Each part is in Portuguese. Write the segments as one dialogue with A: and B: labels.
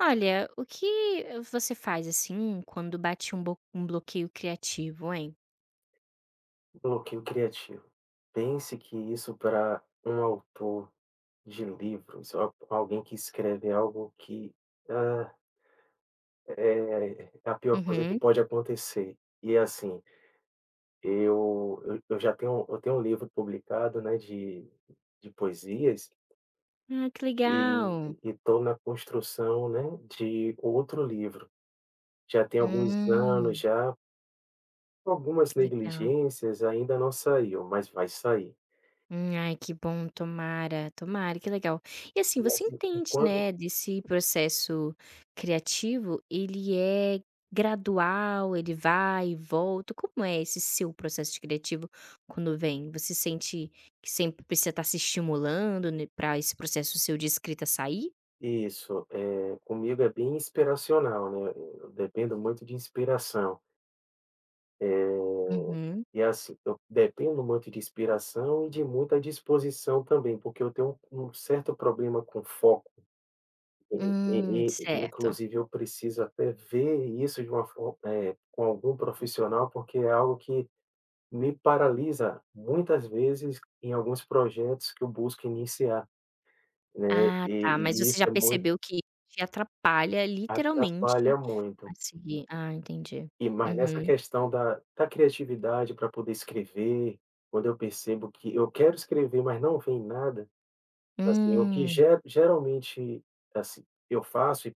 A: Olha, o que você faz, assim, quando bate um bo um bloqueio criativo, hein?
B: Bloqueio criativo. Pense que isso para um autor de livros, alguém que escreve algo que ah, é a pior coisa que
A: Uhum.
B: pode acontecer. E assim, eu tenho um livro publicado, né, de poesias
A: Ah, que
B: e
A: legal.
B: estou na construção, né, de outro livro. Já tem alguns anos,
A: Hum,
B: já com algumas
A: legal.
B: negligências, ainda não saiu, mas vai sair.
A: Ai, que bom, tomara, tomara, que legal. E, assim,
B: E
A: você
B: assim,
A: entende,
B: quando.
A: né, desse processo criativo, ele é gradual, ele vai e volta, como é esse seu processo criativo quando vem? Você sente que sempre precisa estar se estimulando, né, pra esse processo seu de escrita sair?
B: Isso. Comigo é bem inspiracional, né, eu dependo muito de inspiração.
A: Uhum.
B: E assim, eu dependo muito de inspiração e de muita disposição também, porque eu tenho um certo problema com foco, e
A: Certo.
B: inclusive eu preciso até ver isso de uma for eh, com algum profissional, porque é algo que me paralisa muitas vezes em alguns projetos que eu busco iniciar, né,
A: Ah, tá, mas
B: e e
A: você
B: isso
A: já
B: é muito
A: percebeu que te atrapalha literalmente
B: atrapalha muito.
A: a seguir. Ah, entendi.
B: E mas nessa
A: Uhum.
B: questão da criatividade para poder escrever, quando eu percebo que eu quero escrever, mas não vem nada, assim, o que ge
A: Hum,
B: geralmente, assim, eu faço e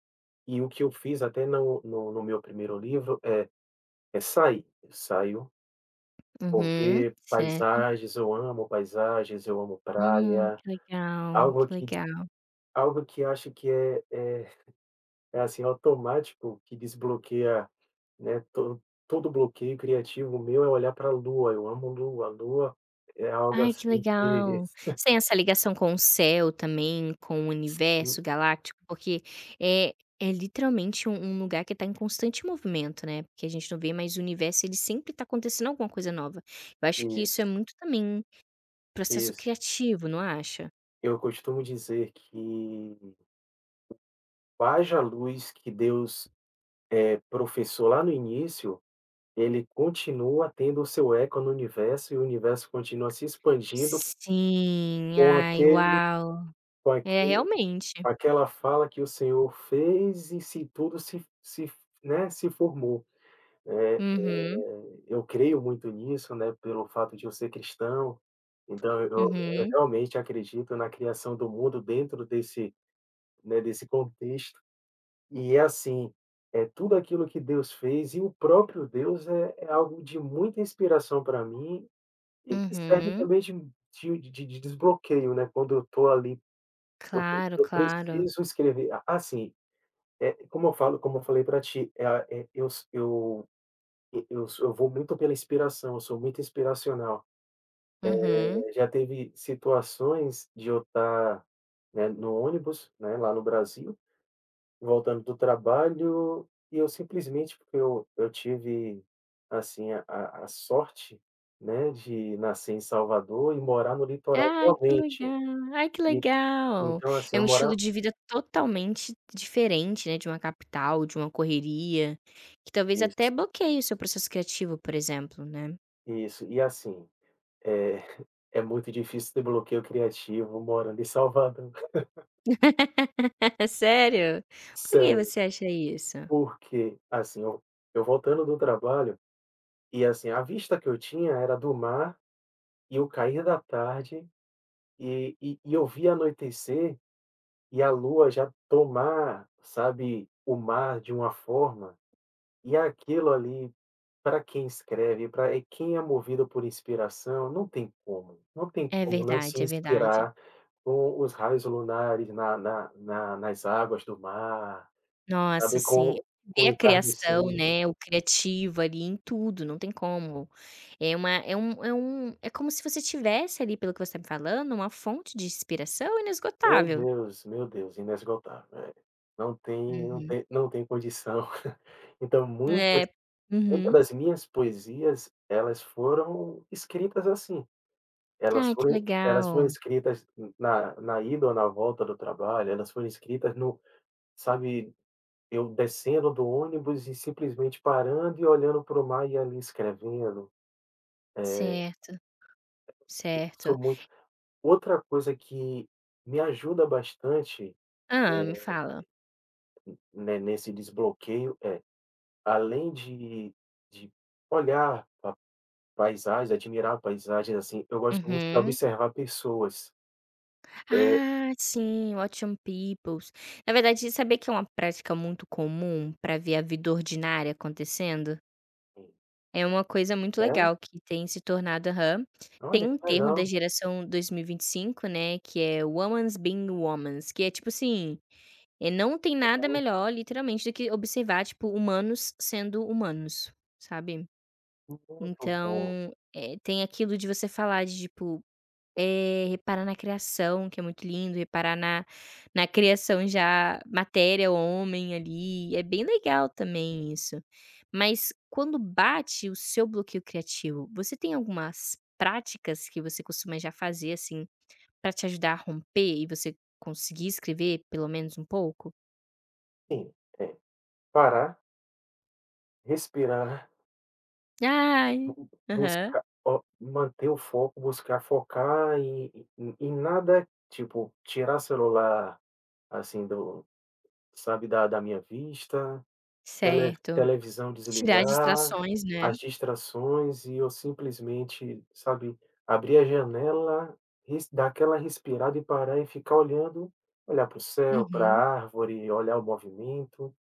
B: e o que eu fiz até no meu primeiro livro é sair. Eu saio, vou
A: uhum,
B: ver
A: certo.
B: paisagens, eu amo praia,
A: Que legal,
B: algo
A: que
B: que
A: legal.
B: algo que acho que é, assim, automático que desbloqueia, né, to todo bloqueio criativo meu é olhar para a lua, eu amo lua. A lua é algo
A: Ai, que
B: assim que.
A: legal. Você tem essa ligação com o céu também, com o universo galáctico? Porque é é literalmente um lugar que está em constante movimento, né, porque a gente não vê, mas o universo ele sempre está acontecendo alguma coisa nova. Eu acho que isso é
B: Isso,
A: muito também processo
B: isso.
A: criativo, não acha?
B: Eu costumo dizer que haja luz que Deus professou lá no início, ele continua tendo o seu eco no universo e o universo continua se expandindo
A: Sim,
B: com
A: ai,
B: aquele
A: uau.
B: com
A: É,
B: aquele
A: realmente.
B: com aquela fala que o Senhor fez e se tudo se, né, se formou.
A: Uhum,
B: Eu creio muito nisso, né, pelo fato de eu ser cristão, então eu
A: uhum,
B: realmente acredito na criação do mundo dentro desse, né, desse contexto. E é assim, é tudo aquilo que Deus fez e o próprio Deus é algo de muita inspiração para mim e que serve
A: uhum.
B: também de desbloqueio, né, quando eu tô ali, eu
A: Claro,
B: eu
A: claro.
B: preciso escrever a assim, é como eu falei para ti, é a eh, eu s eu vou muito pela inspiração, eu sou muito inspiracional.
A: Uhum.
B: Já teve situações de eu estar, né, no ônibus, né, lá no Brasil, voltando do trabalho, e eu simplesmente porque eu tive, assim, a sorte, né, de nascer em Salvador e morar no litoral
A: Ai, que
B: realmente.
A: legal. Ai, que
B: E
A: legal.
B: então, assim,
A: É
B: eu
A: um estilo
B: morava.
A: de vida totalmente diferente, né, de uma capital, de uma correria, que talvez até
B: Isso,
A: bloqueie o seu processo criativo, por exemplo, né.
B: isso. E assim, eh, é muito difícil ter bloqueio criativo morando em Salvador.
A: Sério? Por que
B: Sério,
A: você acha isso?
B: porque, assim, eu voltando do trabalho. E assim, a vista que eu tinha era do mar e o cair da tarde, e eu via anoitecer e a lua já tomar, sabe, o mar de uma forma, e aquilo ali, para quem escreve, para quem é movido por inspiração, não tem como, não tem
A: É
B: como não se
A: verdade, é verdade.
B: inspirar com os raios lunares na na na nas águas do mar,
A: Nossa,
B: sabe,
A: sim.
B: com o
A: Ver a criação,
B: entardecer.
A: né, o criativo ali em tudo, não tem como. É uma é um é um é como se você tivesse ali, pelo que você está me falando, uma fonte de inspiração inesgotável.
B: Meu Deus, inesgotável, é. Não tem não
A: Uhum.
B: tem não tem condição. Então
A: É.
B: muitas
A: Uhum.
B: das minhas poesias, elas foram escritas assim, elas
A: Ai, que
B: foram elas foram
A: legal.
B: escritas na ida ou na volta do trabalho, elas foram escritas no sabe, eu descendo do ônibus e simplesmente parando e olhando para o mar e ali escrevendo.
A: Certo,
B: Tipo,
A: certo.
B: sou muito. Outra coisa que me ajuda bastante,
A: Ah, me fala.
B: né, nesse desbloqueio além de olhar a paisagens, admirar paisagens, assim, eu gosto muito de
A: Uhum.
B: observar pessoas. É.
A: Ah, sim, Watching Peoples. Na verdade, saber que é uma prática muito comum para ver a vida ordinária acontecendo? É uma coisa muito
B: É?
A: legal que tem se tornado. Aham. Tem
B: Olha,
A: um
B: que
A: termo da
B: legal,
A: geração 2025, né, que é "womans being womans", que é tipo assim, não tem nada
B: legal.
A: melhor literalmente do que observar, tipo, humanos sendo humanos, sabe.
B: Muito
A: Então,
B: bom.
A: tem aquilo de você falar de tipo reparar na criação, que é muito lindo, reparar na criação já matéria, homem ali, é bem legal também isso. Mas quando bate o seu bloqueio criativo, você tem algumas práticas que você costuma já fazer, assim, pra te ajudar a romper e você conseguir escrever pelo menos um pouco?
B: Sim, é, parar, respirar,
A: Ai,
B: bu
A: aham,
B: buscar o manter o foco, buscar focar e nada, tipo, tirar celular, assim, do, sabe, da minha vista. Tele
A: certo.
B: televisão
A: Tirar
B: desligar,
A: distrações, né.
B: as distrações e eu simplesmente, sabe, abrir a janela, res dar aquela respirada e parar e ficar olhando, olhar para o céu, para
A: Uhum.
B: a árvore, olhar o movimento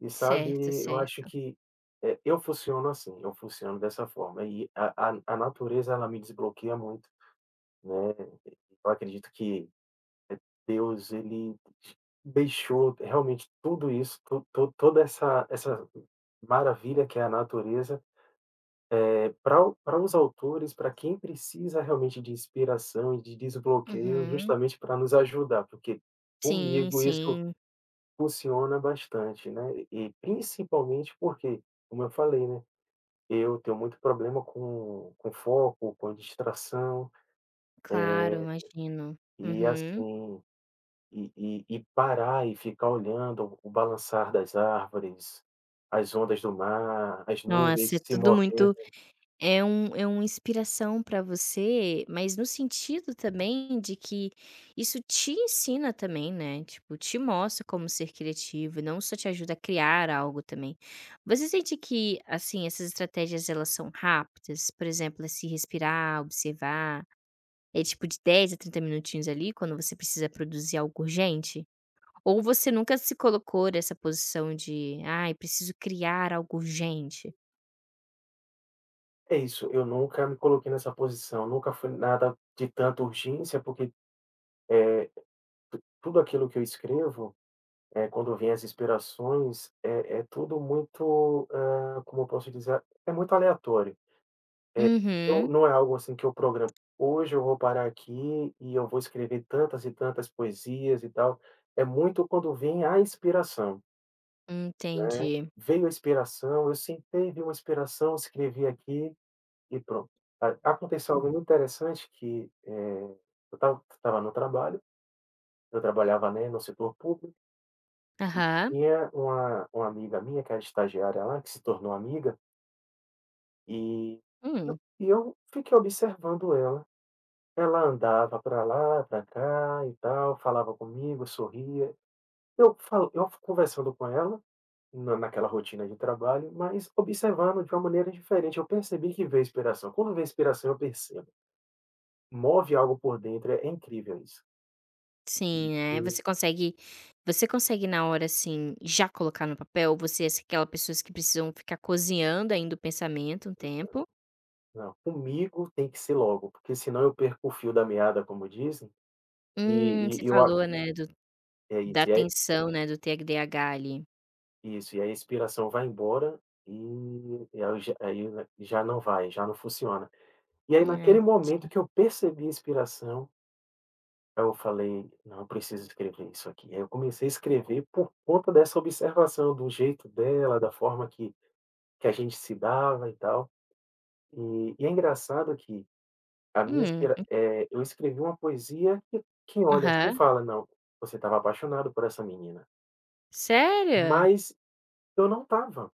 B: e,
A: Certo,
B: sabe, eu acho
A: certo.
B: que, eu funciono assim, eu funciono dessa forma e a natureza ela me desbloqueia muito, né, eu acredito que Deus, ele deixou realmente tudo isso, to to toda essa maravilha que é a natureza, para os autores, para quem precisa realmente de inspiração e de desbloqueio,
A: Uhum.
B: justamente para nos ajudar, porque
A: Sim,
B: comigo isso
A: sim.
B: funciona bastante, né, e principalmente porque, como eu falei, né, eu tenho muito problema com foco, com distração,
A: Claro, imagino.
B: e
A: Uhum.
B: assim e parar e ficar olhando o balançar das árvores, as ondas do mar, as
A: Nossa, é
B: nuvens se
A: tudo muito
B: movendo.
A: é uma inspiração para você, mas no sentido também de que isso te ensina também, né, tipo, te mostra como ser criativo e não só te ajuda a criar algo também. Você sente que, assim, essas estratégias elas são rápidas? Por exemplo, é se respirar, observar, é tipo de 10 a 30 minutinhos ali, quando você precisa produzir algo urgente? Ou você nunca se colocou nessa posição de: "Ai, preciso criar algo urgente"?
B: É isso, eu nunca me coloquei nessa posição, nunca foi nada de tanta urgência, porque tu tudo aquilo que eu escrevo, é quando vem as inspirações, é tudo muito, como eu posso dizer? É muito aleatório. Não
A: Uhum,
B: não é algo assim que eu programo. Hoje eu vou parar aqui e eu vou escrever tantas e tantas poesias e tal. É muito quando vem a inspiração.
A: entendi.
B: Veio a inspiração, eu sentei, vi uma inspiração, escrevi aqui e pronto. A aconteceu algo muito interessante que, eu estava no trabalho, eu trabalhava, né, no setor público e
A: Aham.
B: tinha uma amiga minha que era estagiária lá, que se tornou amiga, e
A: Hum,
B: e eu fiquei observando ela. Ela andava para lá, para cá e tal, falava comigo, sorria. Eu conversando com ela. Na naquela rotina de trabalho, mas observando de uma maneira diferente, eu percebi que veio inspiração. Quando vem inspiração, eu percebo. Move algo por dentro, é incrível isso.
A: sim, né. Você
B: E
A: consegue você consegue na hora, assim, já colocar no papel? Você é aquela pessoas que precisam ficar cozinhando ainda o pensamento um tempo?
B: não, comigo tem que ser logo, porque senão eu perco o fio da meada, como dizem, e
A: Você
B: e eu a
A: falou, né, do
B: é
A: da tensão, né, do TDAH ali.
B: isso, e aí a inspiração vai embora, e e aí já não vai, já não funciona. E aí
A: Ah,
B: naquele momento
A: entendi.
B: que eu percebi a inspiração. Aí eu falei: "Não, eu preciso escrever isso aqui". Aí eu comecei a escrever por conta dessa observação, do jeito dela, da forma que a gente se dava e tal. E é engraçado que a minha
A: Hum,
B: inspira eh, eu escrevi uma poesia que quem olha assim
A: aham.
B: fala: "Não, você estava apaixonado por essa menina".
A: Sério?
B: Mas eu não estava.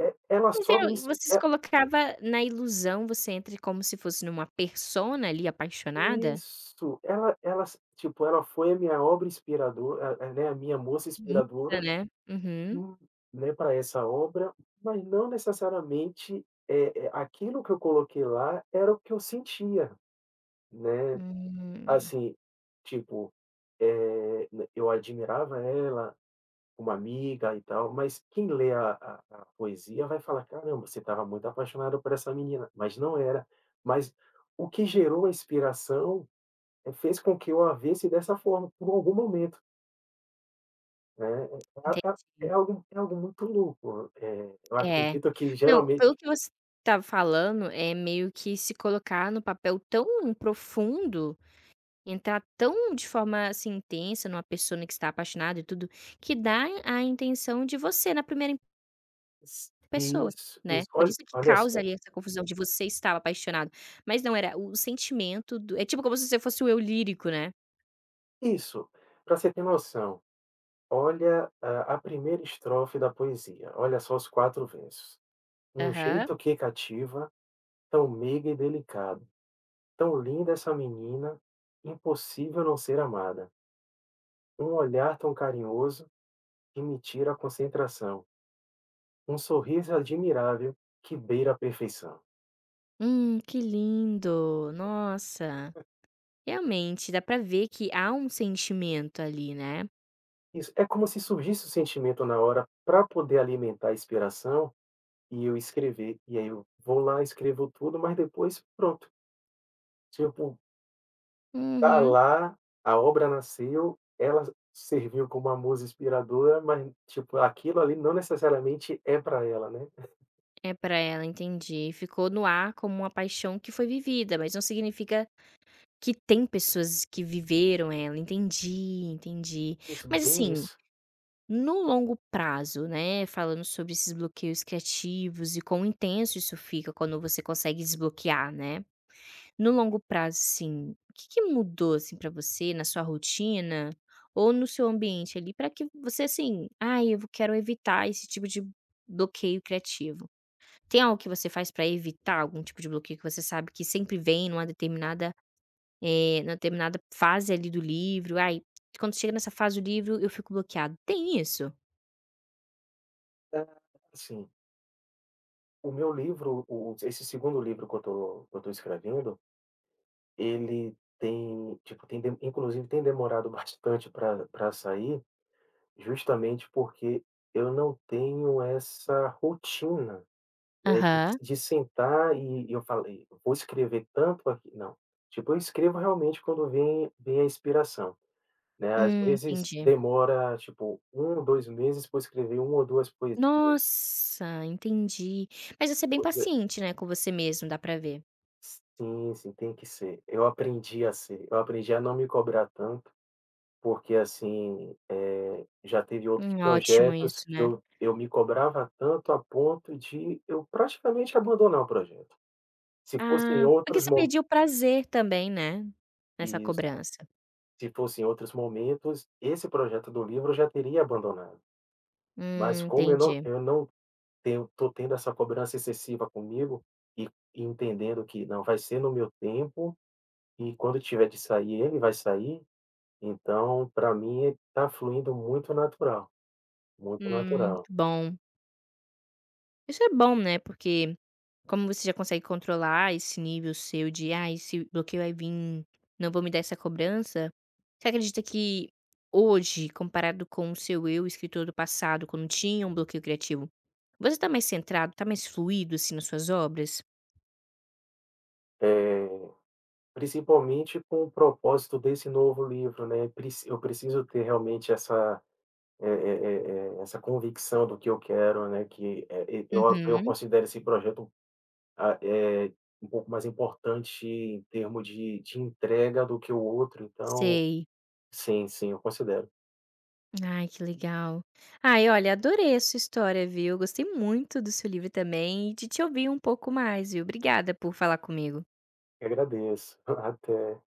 B: É, ela
A: Mas
B: só me
A: eu
B: ins
A: você se
B: é
A: colocava na ilusão, você entra como se fosse numa persona ali apaixonada?
B: isso, ela tipo, ela foi a minha obra inspiradora, né, a minha moça
A: Muda,
B: inspiradora.
A: né? Uhum.
B: Hum, né, para essa obra, mas não necessariamente, aquilo que eu coloquei lá era o que eu sentia, né,
A: Hum,
B: assim, tipo, eh, n eu admirava ela como amiga e tal, mas quem lê a poesia vai falar: "Caramba, você estava muito apaixonado por essa menina", mas não era. Mas o que gerou a inspiração, fez com que eu a visse dessa forma por algum momento. Né,
A: entendi.
B: é algo muito louco, eu
A: É.
B: acredito que
A: Não,
B: geralmente
A: pelo que você tá falando, é meio que se colocar no papel tão profundo, entrar tão de forma, assim, intensa numa persona que está apaixonada e tudo, que dá a intenção de você na primeira
B: s
A: pessoa,
B: isso,
A: né.
B: isso.
A: Por
B: Olha
A: isso que
B: olha
A: causa
B: só,
A: ali essa confusão de você estava apaixonado, mas não era o sentimento do é tipo como se você fosse o eu lírico, né.
B: isso, para você ter noção, olha a primeira estrofe da poesia, olha só os 4 versos. "Um
A: Aham.
B: jeito que cativa, tão meiga e delicado, tão linda essa menina, impossível não ser amada. Um olhar tão carinhoso, que me tira a concentração, um sorriso admirável, que beira a perfeição".
A: Que lindo, nossa. Realmente, dá pra ver que há um sentimento ali, né.
B: Isso, é como se surgisse o sentimento na hora para poder alimentar a inspiração e eu escrever. E aí eu vou lá, escrevo tudo, mas depois pronto, tipo, tá
A: Uhum.
B: lá, a obra nasceu, ela serviu como uma musa inspiradora, mas, tipo, aquilo ali não necessariamente é para ela, né.
A: É pra ela, entendi. Ficou no ar como uma paixão que foi vivida, mas não significa que tem pessoas que viveram ela. Entendi, entendi.
B: É, isso,
A: Mas
B: bem
A: assim,
B: isso.
A: no longo prazo, né, falando sobre esses bloqueios criativos e quão intenso isso fica quando você consegue desbloquear, né. No longo prazo, assim, o que que mudou, assim, para você na sua rotina ou no seu ambiente ali para que você, assim: "Ai, eu quero evitar esse tipo de bloqueio criativo". Tem algo que você faz para evitar algum tipo de bloqueio que você sabe que sempre vem numa determinada fase ali do livro? "Ai, quando chega nessa fase do livro eu fico bloqueado". Tem isso?
B: É, assim, o meu livro, o esse segundo livro que eu tô escrevendo, ele tem, tipo, tem de inclusive tem demorado bastante para sair. Justamente porque eu não tenho essa rotina, né, de
A: Aham.
B: de sentar e eu falei: "Vou escrever tanto aqui", não. Tipo, eu escrevo realmente quando vem a inspiração, né, às vezes
A: Entendi.
B: demora, tipo, um, 2 meses para escrever uma ou 2 poesias.
A: Nossa, entendi. Mas você é bem
B: Pois é.
A: paciente, né, com você mesmo, dá pra ver.
B: Sim, sim, tem que ser. Eu aprendi a ser, eu aprendi a não me cobrar tanto. Porque, assim, já teve outros
A: Ótimo
B: projetos
A: isso,
B: que
A: né.
B: eu me cobrava tanto a ponto de eu praticamente abandonar o projeto. Se fosse em
A: Ah, porque
B: outros
A: você
B: mo
A: perdeu o prazer também, né, nessa
B: isso.
A: cobrança.
B: Se fosse em outros momentos, esse projeto do livro eu já teria abandonado. Mas como
A: Entendi.
B: eu não tenho tô tendo essa cobrança excessiva comigo e e entendendo que não vai ser no meu tempo e quando tiver de sair, ele vai sair, então para mim está fluindo muito natural, muito natural.
A: Bom. Isso é bom, né, porque como você já consegue controlar esse nível seu de: "Ah, esse bloqueio vai vir não vou me dar essa cobrança", você acredita que hoje, comparado com o seu eu escritor do passado, quando tinha um bloqueio criativo, você tá mais centrado, tá mais fluido, assim, nas suas obras?
B: Eh Principalmente com o propósito desse novo livro, né, preci eu preciso ter realmente essa, essa convicção do que eu quero, né, que, eu
A: Uhum.
B: considero esse projeto, ah, eh, um pouco mais importante em termo de entrega do que o outro, então
A: Sei.
B: sim, sim, eu considero.
A: Ai, que legal. Ai, olha, adorei a sua história, viu. Gostei muito do seu livro também e de te ouvir um pouco mais, viu. Obrigada por falar comigo.
B: E agradeço. Até.